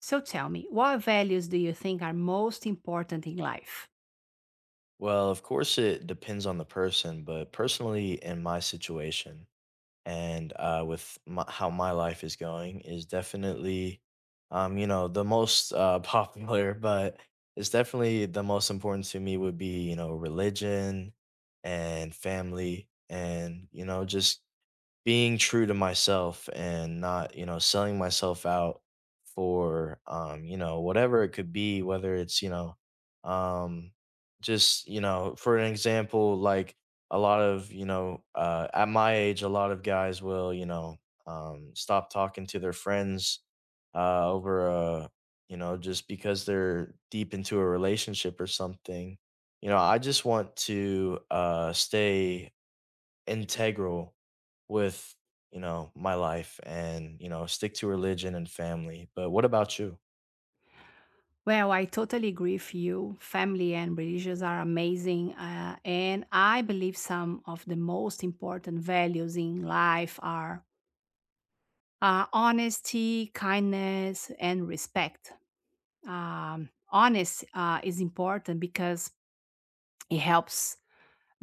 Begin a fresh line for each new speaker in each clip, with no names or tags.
So tell me, what values do you think are most important in life?
Well, of course, it depends on the person, but personally, in my situation and with my, how my life is going, is definitely, you know, the most popular, but it's definitely the most important to me would be, you know, religion and family and, you know, just being true to myself and not, you know, selling myself out for, you know, whatever it could be, whether it's, you know, um, just, you know, for an example, like a lot of, you know, at my age, a lot of guys will, you know, stop talking to their friends over a, you know, just because they're deep into a relationship or something. You know, I just want to stay integral with, you know, my life and, you know, stick to religion and family. But what about you?
Well, I totally agree with you. Family and religions are amazing. And I believe some of the most important values in life are honesty, kindness, and respect. Honest is important because it helps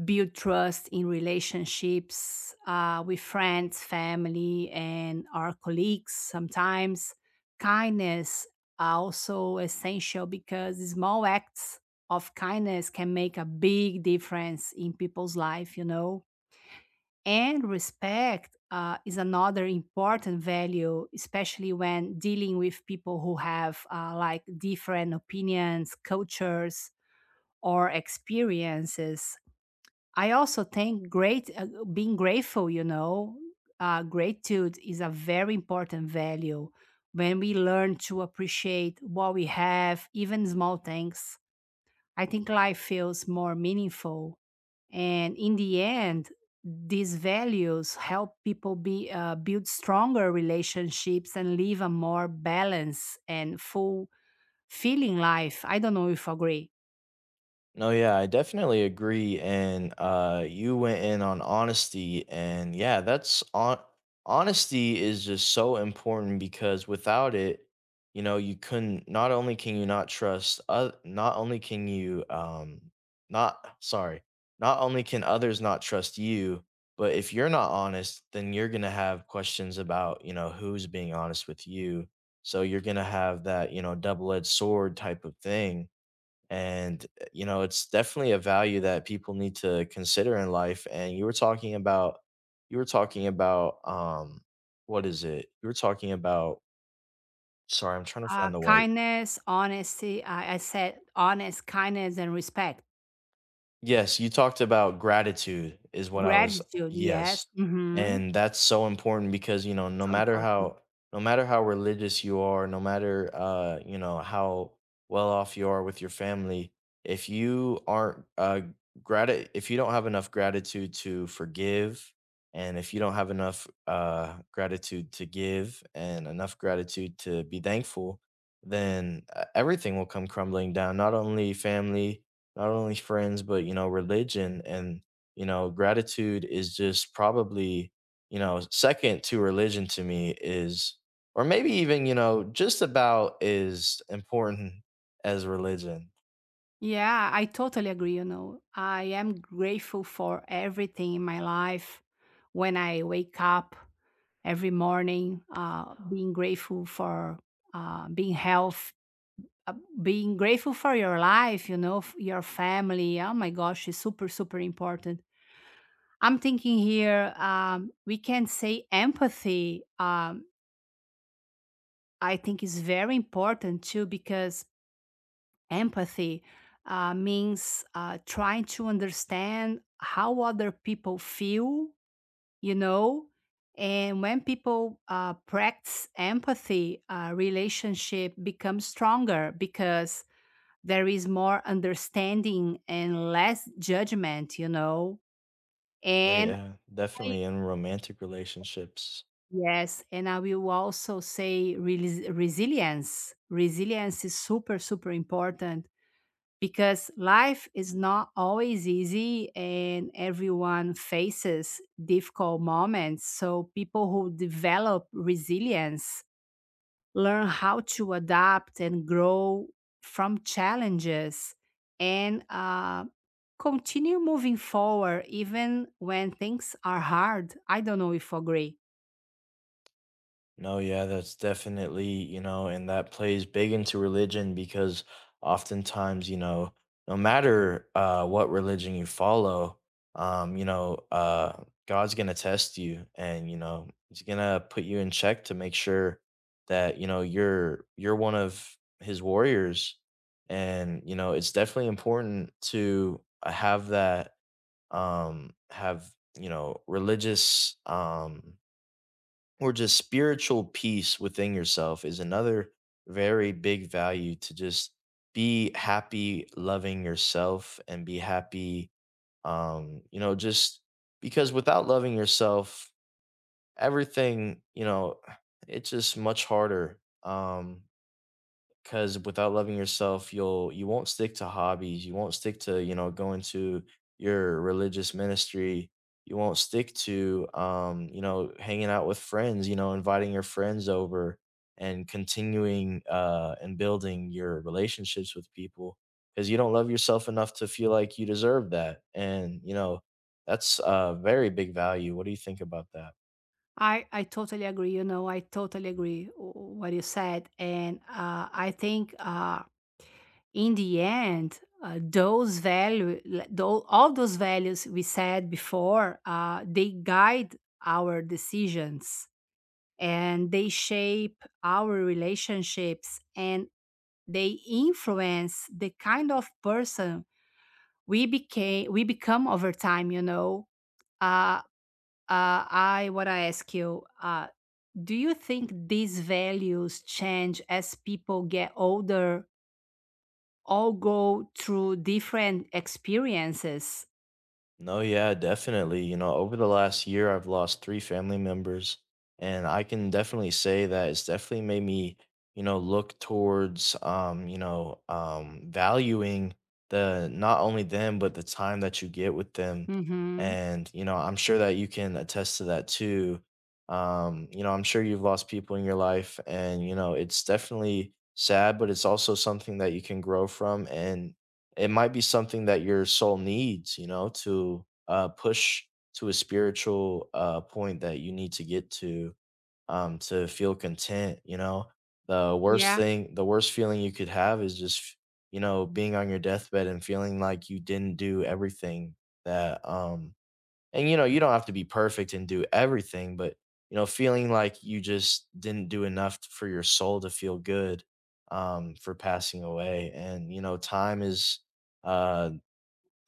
build trust in relationships with friends, family, and our colleagues. Sometimes kindness are also essential because small acts of kindness can make a big difference in people's life, you know. And respect is another important value, especially when dealing with people who have like different opinions, cultures, or experiences. I also think great being grateful, you know, gratitude is a very important value when we learn to appreciate what we have, even small things. I think life feels more meaningful, and in the end, these values help people be build stronger relationships and live a more balanced and full feeling life. I don't know if you agree.
No, yeah, I definitely agree. And you went in on honesty, and yeah, that's on honesty is just so important because without it, you know, you couldn't. Not only can you not trust, not only can you, not sorry, not only can others not trust you, but if you're not honest, then you're gonna have questions about, you know, who's being honest with you. So you're gonna have that, you know, double-edged sword type of thing and, you know, it's definitely a value that people need to consider in life. And you were talking about, what is it? You were talking about, sorry, I'm trying to
Uh,
find the one.
kindness, honesty. I, I said honest, kindness, and respect.
Yes, you talked about gratitude is what I was.
Gratitude, yes.
Yes.
Hmm.
And that's so important because, you know,
So important.
no matter how religious you are, no matter you know, how well off you are with your family, if you aren't grati if you don't have enough gratitude to forgive and if you don't have enough gratitude to give and enough gratitude to be thankful, then everything will come crumbling down, not only family, not only friends, but you know, religion and, you know, gratitude is just probably, you know, second to religion to me, is or maybe even, you know, just about as important as religion.
Yeah, I totally agree. You know, I am grateful for everything in my life. When I wake up every morning, being grateful for being health, uh, being grateful for your life, you know, your family. Oh my gosh, it's super, super important. I'm thinking here, we can say empathy, I think is very important too, because empathy means trying to understand how other people feel, you know. And when people practice empathy, relationship becomes stronger because there is more understanding and less judgment, you know. And
Yeah, definitely in romantic relationships.
yes, and I will also say resilience. Resilience is super, super important because life is not always easy and everyone faces difficult moments. So, people who develop resilience learn how to adapt and grow from challenges and continue moving forward even when things are hard. I don't know if you agree.
No, yeah, that's definitely, you know, and that plays big into religion because oftentimes, you know, no matter what religion you follow, you know, God's gonna test you, and you know, He's gonna put you in check to make sure that you know you're one of His warriors, and you know, it's definitely important to have that have you know, religious or just spiritual peace within yourself is another very big value. To just be happy loving yourself and be happy you know, just because without loving yourself everything, you know, it's just much harder. Because without loving yourself, you won't stick to hobbies, you won't stick to, you know, going to your religious ministry, you won't stick to you know, hanging out with friends, you know, inviting your friends over and continuing and building your relationships with people, because you don't love yourself enough to feel like you deserve that. And you know, that's a very big value. What do you think about that?
I totally agree. You know, I totally agree what you said, and I think in the end, those value, le- tho- all those values we said before, they guide our decisions and they shape our relationships and they influence the kind of person we become over time. You know, uh, I want to ask you. Do you think these values change as people get older or go through different experiences?
No, yeah, definitely. You know, over the last year, I've lost three family members, and I can definitely say that it's definitely made me, you know, look towards, you know, valuing the not only them but the time that you get with them,
Hmm.
and you know, I'm sure that you can attest to that too. You know, I'm sure you've lost people in your life, and you know, it's definitely sad, but it's also something that you can grow from, and it might be something that your soul needs, you know, to push to a spiritual point that you need to get to feel content. You know,
Yeah,
the worst feeling you could have is just, you know, being on your deathbed and feeling like you didn't do everything that and you know, you don't have to be perfect and do everything, but you know, feeling like you just didn't do enough for your soul to feel good for passing away. And you know, time is uh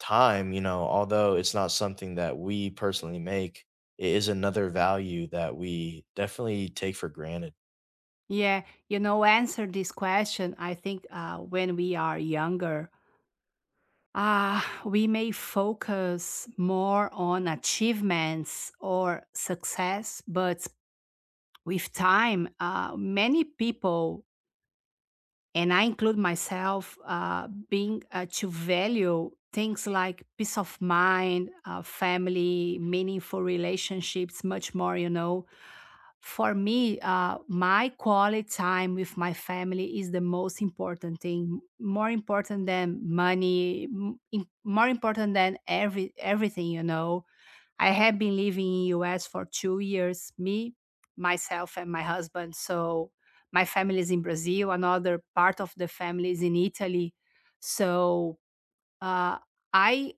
time, you know, although it's not something that we personally make, it is another value that we definitely take for granted.
yeah. You know, answer this question. I think when we are younger, we may focus more on achievements or success, but with time, many people, and I include myself, being to value things like peace of mind, family, meaningful relationships, much more. You know, for me, my quality time with my family is the most important thing, more important than money, more important than everything. You know, I have been living in US for 2 years, me, myself and my husband. So my family is in Brazil, another part of the family is in Italy. So, uh, I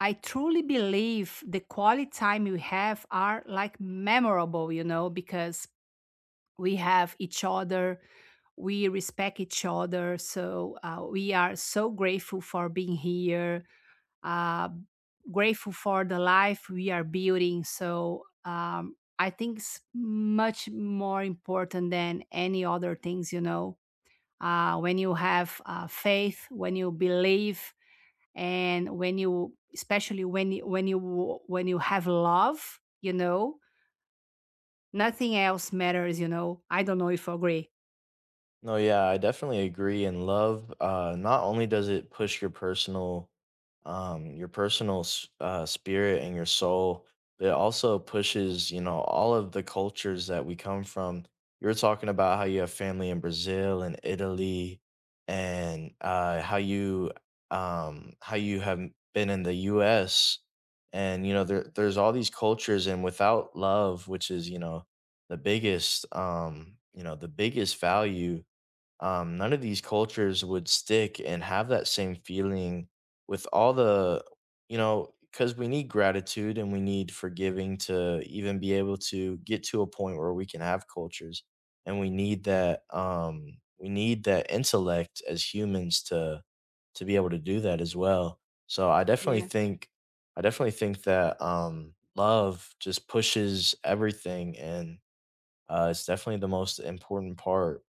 I truly believe the quality time we have are like memorable, you know, because we have each other, we respect each other. So we are so grateful for being here, uh, grateful for the life we are building. So I think it's much more important than any other things, you know. When you have faith, when you believe, and when you, especially when you, when you have love, you know, nothing else matters. You know, I don't know if you agree.
No, yeah, I definitely agree. And love, not only does it push your personal spirit and your soul, but it also pushes, you know, all of the cultures that we come from. You were talking about how you have family in Brazil and Italy, and how you have been in the U.S. And you know, there's all these cultures, and without love, which is, you know, you know, the biggest value, none of these cultures would stick and have that same feeling with all the, you know, because we need gratitude and we need forgiving to even be able to get to a point where we can have cultures. And we need that intellect as humans to be able to do that as well. So
Yeah.
I definitely think that, love just pushes everything and, it's definitely the most important part.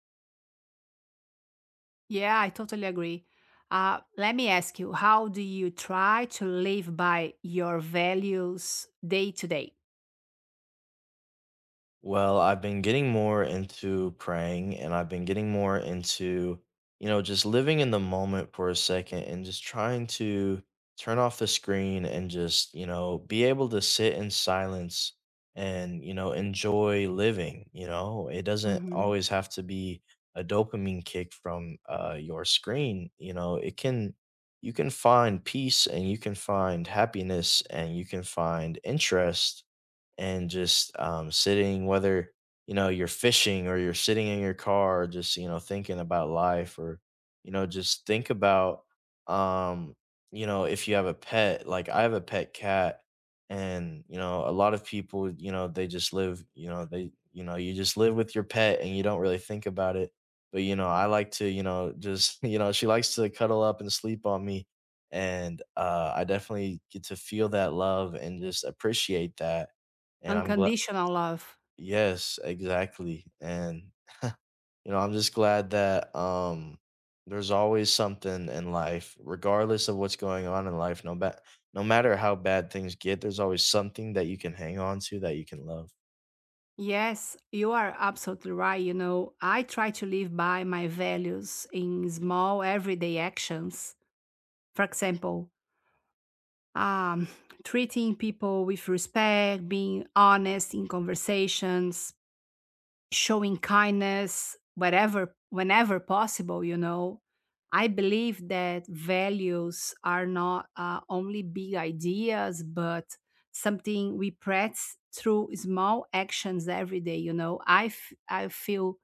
Yeah, I totally agree. Let me ask you, how do you try to live by your values day to day?
Well, I've been getting more into praying and I've been getting more into, you know, just living in the moment for a second and just trying to turn off the screen and just, you know, be able to sit in silence and, you know, enjoy living. You know, it doesn't
Hmm.
always have to be a dopamine kick from your screen. You know, you can find peace and you can find happiness and you can find interest and just sitting, whether you know you're fishing or you're sitting in your car, just you know thinking about life, or you know, just think about um, you know, if you have a pet. Like I have a pet cat, and you know, a lot of people, you know, they just live, you know they, you know, you just live with your pet and you don't really think about it. But you know, I like to, you know, just you know, she likes to cuddle up and sleep on me. And I definitely get to feel that love and just appreciate that and I'm glad.
Unconditional love.
Yes, exactly, and, you know, I'm just glad that, there's always something in life, regardless of what's going on in life, no matter how bad things get, there's always something that you can hang on to that you can love.
Yes, you are absolutely right. You know, I try to live by my values in small everyday actions. For example, um, treating people with respect, being honest in conversations, showing kindness wherever whenever possible, you know. I believe that values are not only big ideas, but something we practice through small actions every day. You know, I feel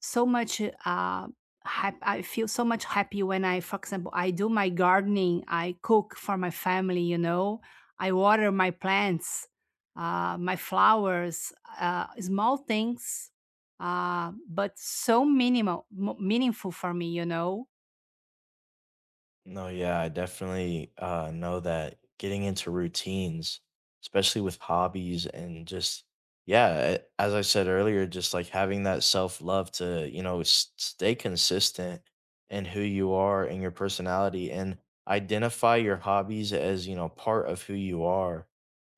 so much uh I feel so much happy when I, for example, I do my gardening, I cook for my family, you know, I water my plants, my flowers, small things, but so meaningful for me, you know.
No, yeah, I definitely know that getting into routines, especially with hobbies and just, yeah, as I said earlier, just like having that self love to, you know, stay consistent in who you are and your personality and identify your hobbies as, you know, part of who you are.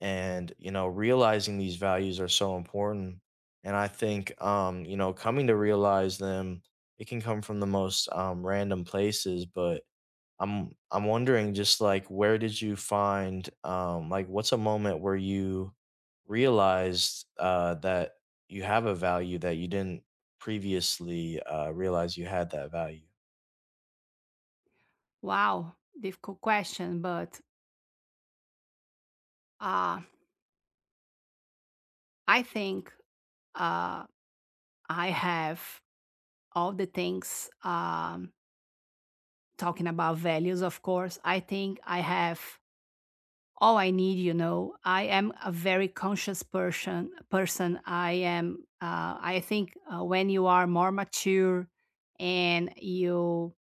And, you know, realizing these values are so important. And I think, you know, coming to realize them, it can come from the most random places, but I'm wondering, just like, where did you find like what's a moment where you realized that you have a value that you didn't previously realize you had that value.
Wow, difficult question, but uh, I think uh, I have all the things. Talking about values, of course, I think I have all I need, you know. I am a very conscious person. Person, I am. I think when you are more mature and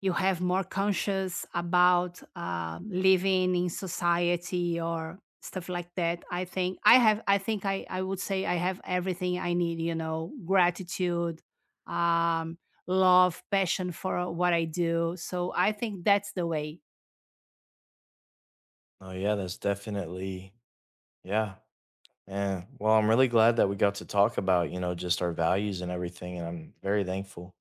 you have more conscious about living in society or stuff like that. I think I have. I think I would say I have everything I need. You know, gratitude, um, love, passion for what I do. So I think that's the way.
Oh yeah, that's definitely. Yeah. Man, well, I'm really glad that we got to talk about, you know, just our values and everything, and I'm very thankful.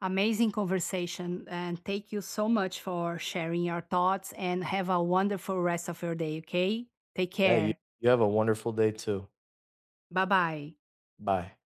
Amazing conversation, and thank you so much for sharing your thoughts and have a wonderful rest of your day, okay? Take
Yeah,
care.
you have a wonderful day too.
Bye bye.
Bye.